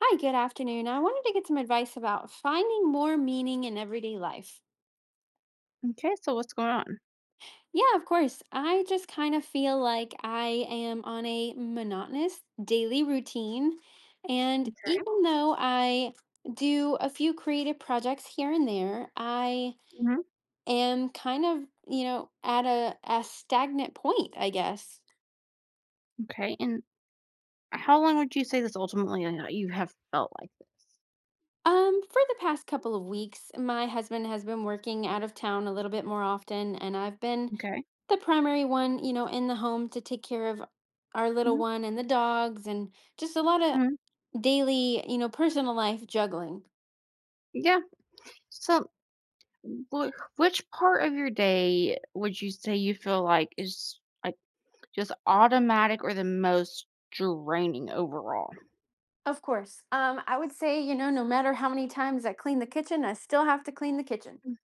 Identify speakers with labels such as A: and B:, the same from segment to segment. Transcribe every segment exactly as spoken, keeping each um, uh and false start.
A: Hi, good afternoon. I wanted to get some advice about finding more meaning in everyday life.
B: Okay, so what's going on?
A: Yeah, of course. I just kind of feel like I am on a monotonous daily routine. And
B: Okay.
A: even though I do a few creative projects here and there, I
B: hmm
A: am kind of, you know, at a, a stagnant point, I guess.
B: Okay, and how long would you say this ultimately uh, you have felt like this?
A: Um, for the past couple of weeks, my husband has been working out of town a little bit more often, and I've been
B: Okay.
A: the primary one, you know, in the home to take care of our little
B: hmm
A: one and the dogs and just a lot of
B: hmm
A: daily, you know, personal life juggling.
B: Yeah. So, wh- which part of your day would you say you feel like is like just automatic or the most draining overall?
A: Of course. Um, I would say, you know, no matter how many times I clean the kitchen, I still have to clean the kitchen.
B: Mm.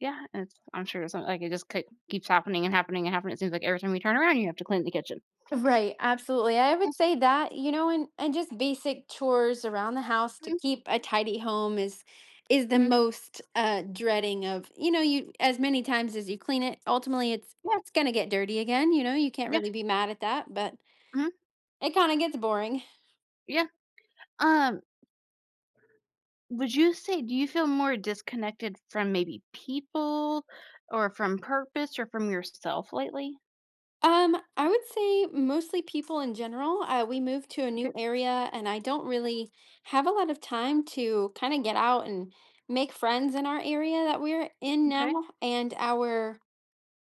B: Yeah, and it's, I'm sure it's not- like it just ke- keeps happening and happening and happening. It seems like every time you turn around, you have to clean the kitchen.
A: Right, absolutely. I would say that, you know, and and just basic chores around the house to
B: Mhm.
A: keep a tidy home is is the
B: Mhm.
A: most uh dreading of, you know, you as many times as you clean it, ultimately it's
B: Yeah,
A: it's going to get dirty again. You know, you can't
B: yeah,
A: really be mad at that, but
B: mhm,
A: it kind of gets boring.
B: yeah. Um, Would you say do you feel more disconnected from maybe people or from purpose or from yourself lately?
A: Um, I would say mostly people in general. Uh, we moved to a
B: Okay.
A: new area, and I don't really have a lot of time to kind of get out and make friends in our area that we're in
B: Okay.
A: now. And our,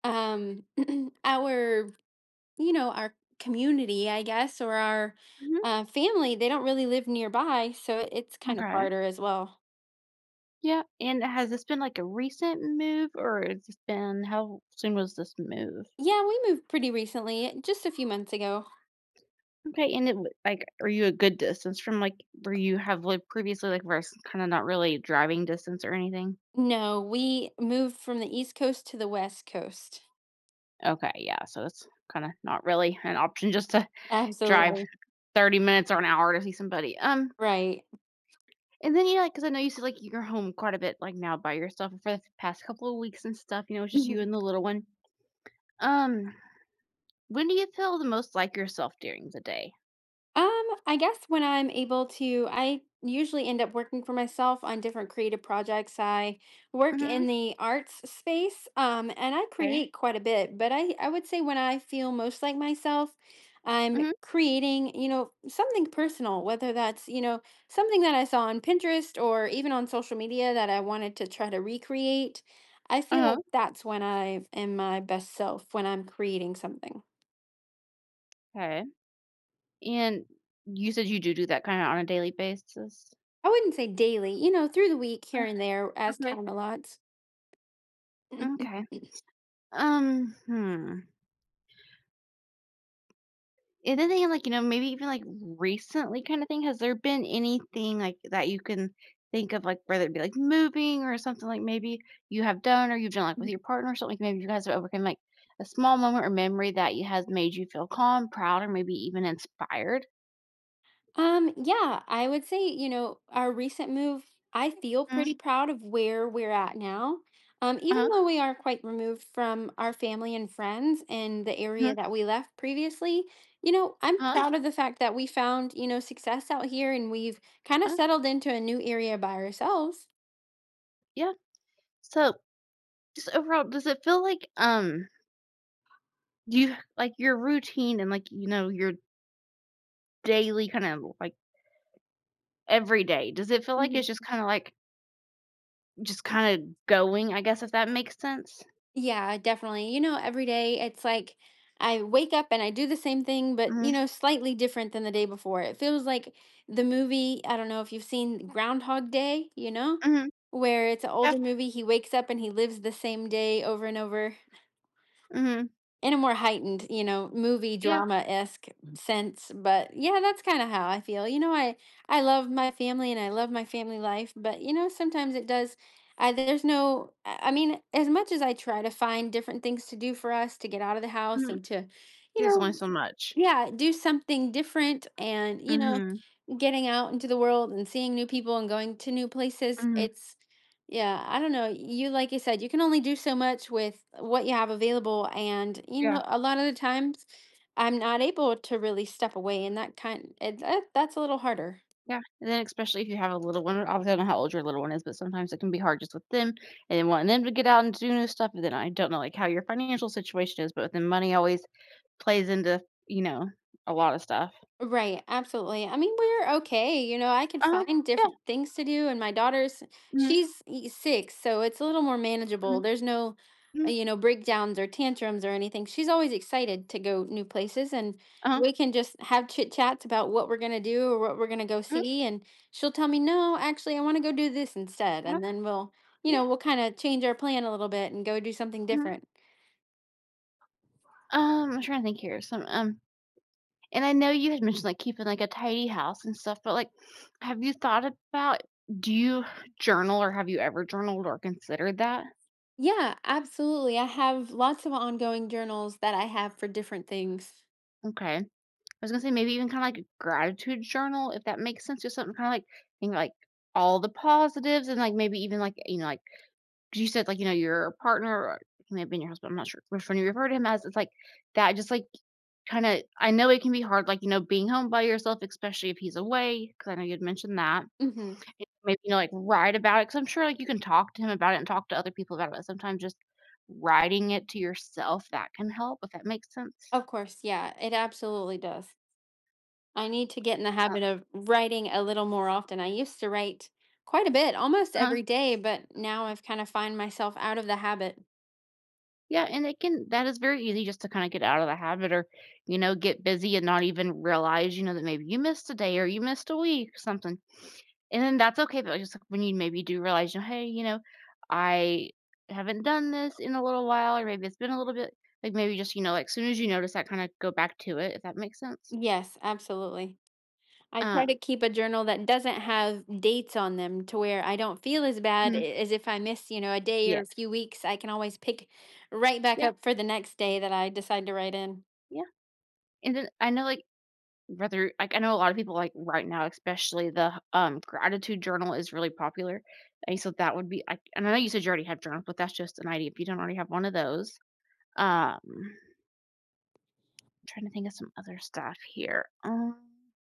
A: um, our, you know, our community, I guess, or our
B: Mhm.
A: uh, family, they don't really live nearby, so it's kind of
B: Okay.
A: harder as well.
B: Yeah, and has this been, like, a recent move, or has this been how soon was this move?
A: Yeah, we moved pretty recently, just a few months ago.
B: Okay, and it w like, are you a good distance from, like, where you have lived previously, like, where it's kinda not really driving distance or anything?
A: No, we moved from the East Coast to the West Coast.
B: Okay, yeah, so it's kinda not really an option just to drive
A: Absolutely.
B: thirty minutes or an hour to see somebody. Um,
A: Right.
B: And then, you know, because I know you said, like, you're home quite a bit, like, now by yourself for the past couple of weeks and stuff, you know, it's just you
A: Mhm.
B: and the little one. Um, when do you feel the most like yourself during the day?
A: Um, I guess when I'm able to, I usually end up working for myself on different creative projects. I work
B: Mhm,
A: in the arts space, um, and I
B: okay.
A: create quite a bit, but I, I would say when I feel most like myself, I'm
B: Mhm,
A: creating, you know, something personal, whether that's, you know, something that I saw on Pinterest or even on social media that I wanted to try to recreate. I feel
B: uh-huh,
A: like that's when I am my best self, when I'm creating something.
B: okay. And you said you do do that kinda on a daily basis?
A: I wouldn't say daily, you know, through the week
B: Uh,
A: here and there as
B: okay,
A: time allots.
B: okay. Um, hmm. And then they have, like, you know, maybe even, like, recently kinda thing, has there been anything, like, that you can think of, like, whether it be, like, moving or something, like, maybe you have done or you've done, like, with your partner or something, like maybe you guys have overcome, like, a small moment or memory that you has made you feel calm, proud, or maybe even inspired?
A: Um, yeah, I would say, you know, our recent move, I feel
B: Mhm,
A: pretty proud of where we're at now. Um, even
B: huh,
A: though we are quite removed from our family and friends and the area
B: mhm,
A: that we left previously, you know, I'm
B: uh-huh,
A: proud of the fact that we found, you know, success out here and we've kind of
B: uh-huh, uh,
A: settled into a new area by ourselves.
B: yeah. So, just overall, does it feel like, um, do you like, your routine and, like, you know, your daily kinda, like, every day, does it feel like it's just kinda, like, just kinda going, I guess, if that makes sense.
A: Yeah, definitely. You know, every day it's like I wake up and I do the same thing, but you
B: Mhm,
A: know, slightly different than the day before. It feels like the movie, I don't know if you've seen Groundhog Day, you know,
B: mhm,
A: where it's an
B: yeah,
A: older movie. He wakes up and he lives the same day over and over
B: mhm,
A: in a more heightened, you know, movie
B: yeah,
A: drama esque sense. But yeah, that's kind of how I feel. You know, I I love my family and I love my family life, but you know, sometimes it does. I there's no. I I mean, as much as I try to find different things to do for us to get out of the house
B: mhm.
A: and to, you
B: There's only so
A: know,
B: much.
A: yeah, do something different and you know
B: Mhm,
A: getting out into the world and seeing new people and going to new places.
B: mhm,
A: It's yeah, I don't know. You like you said, you can only do so much with what you have available and you
B: yeah,
A: know a lot of the times I'm not able to really step away and that kind it, that, that's a little harder.
B: yeah, and then especially if you have a little one, obviously I don't know how old your little one is, but sometimes it can be hard just with them, and then wanting them to get out and do new stuff, and then I don't know, like, how your financial situation is, but then money always plays into, you know, a lot of stuff.
A: Right, absolutely. I mean, we're okay. You know, I could
B: Uh-huh,
A: find
B: yeah,
A: different things to do, and my daughter's
B: mhm,
A: she's e- six, so it's a little more
B: mhm,
A: manageable. There's no, uh,
B: mhm,
A: You know, breakdowns or tantrums or anything. She's always excited to go new places, and
B: uh-huh,
A: we can just have chit chats about what we're gonna do or what we're gonna go
B: mhm,
A: see, and she'll tell me, "No, actually, I want to go do this instead,"
B: uh-huh,
A: and then we'll, you
B: yeah,
A: know, we'll kind of change our plan a little bit and go do something
B: mhm.
A: different.
B: Um, I'm trying to think here, some, um and I know you had mentioned, like, keeping, like, a tidy house and stuff, but, like, have you thought about do you journal or have you ever journaled or considered that?
A: Yeah, absolutely. I have lots of ongoing journals that I have for different things.
B: Okay. I was gonna say maybe even kinda like a gratitude journal, if that makes sense, just something kinda like think, like, all the positives and, like, maybe even, like, you know, like 'cause you said, like, you know, your partner or he may have been your husband, I'm not sure which one you referred to him as. It's like that just, like, kinda I know it can be hard, like, you know, being home by yourself, especially if he's away. Because I know you had mentioned that.
A: Hmm.
B: It maybe, you know, like, write about it because 'cause I'm sure, like, you can talk to him about it and talk to other people about it, but sometimes just writing it to yourself, that can help, if that makes sense.
A: Of course, yeah, it absolutely does. I need to get in the habit of writing a little more often. I used to write quite a bit, almost
B: Uh-huh.
A: every day, but now I've kind of find myself out of the habit.
B: Yeah, and it can that is very easy just to kinda get out of the habit or, you know, get busy and not even realize, you know, that maybe you missed a day or you missed a week or something. And then that's okay, but like, just, like, when you maybe do realize, you know, "Hey, you know, I haven't done this in a little while," or maybe it's been a little bit like, maybe just, you know, like, soon as you notice that, kinda go back to it, if that makes sense.
A: Yes, absolutely. I try to
B: Um
A: keep a journal that doesn't have dates on them to where I don't feel as bad i-
B: Mhm.
A: as if I miss, you know, a day
B: Yeah,
A: or a few weeks. I can always pick right back
B: yeah,
A: up for the next day that I decide to write in.
B: yeah, and then I know, like, whether like, I know a lot of people, like, right now, especially the, um, gratitude journal is really popular, and so that would be like and I know you said you already have journals, but that's just an idea if you don't already have one of those. Um, I'm trying to think of some other stuff here. Um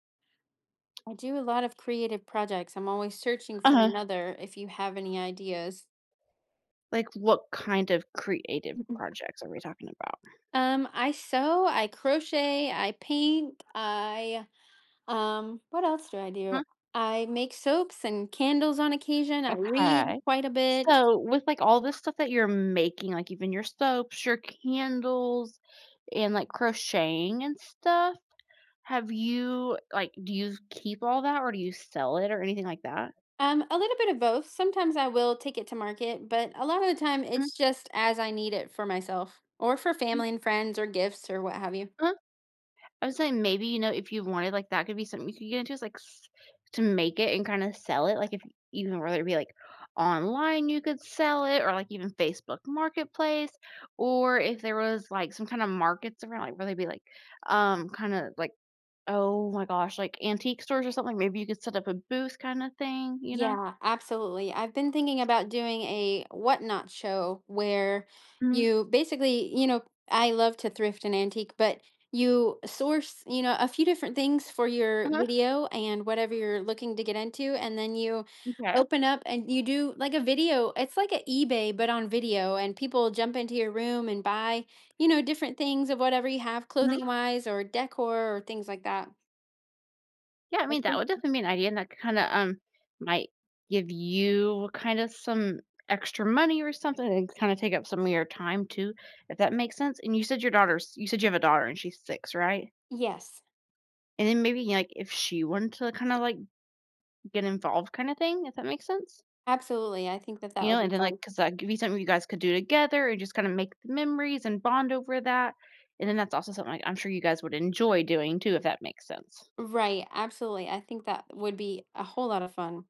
A: I do a lot of creative projects. I'm always searching for
B: Uh-huh.
A: another if you have any ideas.
B: Like, what kind of creative projects are we talking about?
A: Um, I sew, I crochet, I paint, I um, what else do I do?
B: Mhm.
A: I make soaps and candles on occasion. I read
B: Okay.
A: quite a bit.
B: So, with, like, all this stuff that you're making, like, even your soaps, your candles, and, like, crocheting and stuff, have you like, do you keep all that or do you sell it or anything like that?
A: Um, a little bit of both. Sometimes I will take it to market, but a lot of the time
B: Mhm,
A: it's just as I need it for myself or for
B: mhm,
A: family and friends or gifts or what have you.
B: uh-huh. I was saying maybe, you know, if you wanted, like, that could be something you could get into is, like, s to make it and kinda sell it, like, if even whether it be, like, online you could sell it or, like, even Facebook Marketplace, or if there was, like, some kinda markets around, like, where they'd be, like, um, kinda like, oh my gosh, like, antique stores or something, maybe you could set up a booth kinda thing, you know?
A: Yeah, absolutely. I've been thinking about doing a whatnot show where
B: Mhm,
A: you basically, you know, I love to thrift and antique, but you source, you know, a few different things for your
B: uh-huh.
A: video and whatever you're looking to get into, and then you
B: Okay.
A: open up and you do like a video. It's like an eBay, but on video, and people jump into your room and buy, you know, different things of whatever you have, clothing wise or decor or things like that.
B: Yeah, I
A: I
B: mean, that
A: think,
B: would definitely be an idea, and that kinda, um, might give you kinda some extra money or something and kinda take up some of your time too, if that makes sense, and you said your daughter's you said you have a daughter and she's six, right?
A: yes,
B: And then maybe, like, if she wanted to kinda, like, get involved kinda thing, if that makes sense?
A: absolutely. I think that
B: You
A: that
B: know,
A: would
B: and
A: be
B: then, like
A: fun.
B: because that could be something you guys could do together and just kinda make the memories and bond over that, and then that's also something, like, I'm sure you guys would enjoy doing too, if that makes sense.
A: Right, absolutely. I think that would be a whole lot of fun.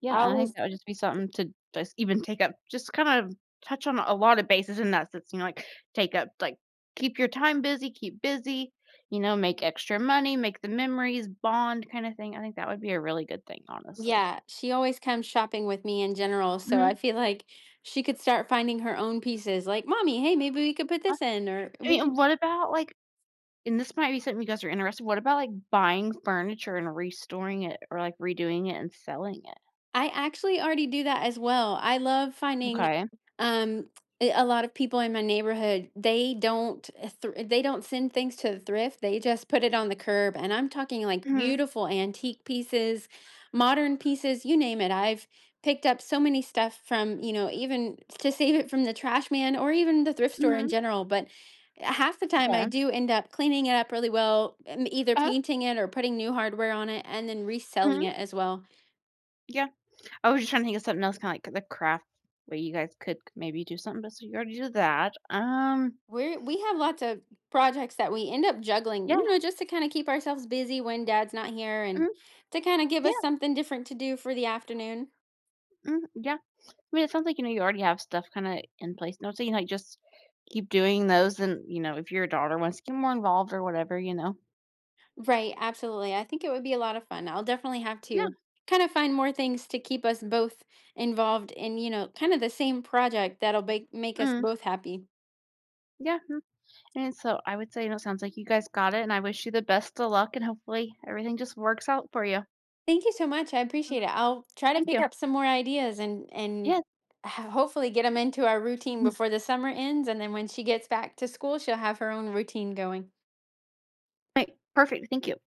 B: Yeah,
A: I
B: and I think
A: always
B: that would just be something to just even take up just kind of touch on a lot of bases in that sense, you know, like, take up like, keep your time busy, keep busy, you know, make extra money, make the memories, bond kinda thing. I think that would be a really good thing, honestly.
A: Yeah, she always comes shopping with me in general, so
B: Mhm.
A: I feel like she could start finding her own pieces, like, "Mommy, hey, maybe we could put
B: Uh,
A: this in," or
B: I
A: we
B: mean,
A: could.
B: what about, like and this might be something you guys are interested what about, like, buying furniture and restoring it or, like, redoing it and selling it?
A: I actually already do that as well. I love finding,
B: Okay.
A: um, a a lot of people in my neighborhood, they don't thr they don't send things to the thrift, they just put it on the curb, and I'm talking, like,
B: Mhm.
A: beautiful antique pieces, modern pieces, you name it. I've picked up so many stuff from, you know, even to save it from the trash man or even the thrift store in
B: Mhm.
A: general, but half the time I
B: Okay.
A: do end up cleaning it up really well, um, either
B: Uh-huh.
A: painting it or putting new hardware on it and then reselling
B: Mhm.
A: it as well.
B: Yeah. I was just trying to think of something else, kinda like the craft where you guys could maybe do something, but so you already do that. Um,
A: We're we have lots of projects that we end up juggling,
B: yeah,
A: you know, just to kind of keep ourselves busy when dad's not here
B: mhm,
A: and to kind of give us
B: yeah,
A: something different to do for the afternoon.
B: mhm, yeah. I mean, it sounds like, you know, you already have stuff kinda in place. No, I you saying, like, just keep doing those and, you know, if your daughter wants to get more involved or whatever, you know?
A: Right, absolutely. I think it would be a lot of fun. I'll definitely have
B: Yeah,
A: to kind of find more things to keep us both involved in, you know, kind of the same project that'll make make us
B: mhm,
A: both happy.
B: yeah, and so I would say, you know, it sounds like you guys got it, and I wish you the best of luck, and hopefully everything just works out for you.
A: Thank you so much. I
B: Mm,
A: appreciate it. I'll try to
B: thank
A: pick
B: you.
A: up some more ideas and
B: Yes.
A: and ho- hopefully get them into our routine
B: Mm,
A: before the summer ends and then when she gets back to school, she'll have her own routine going.
B: right, perfect, thank you.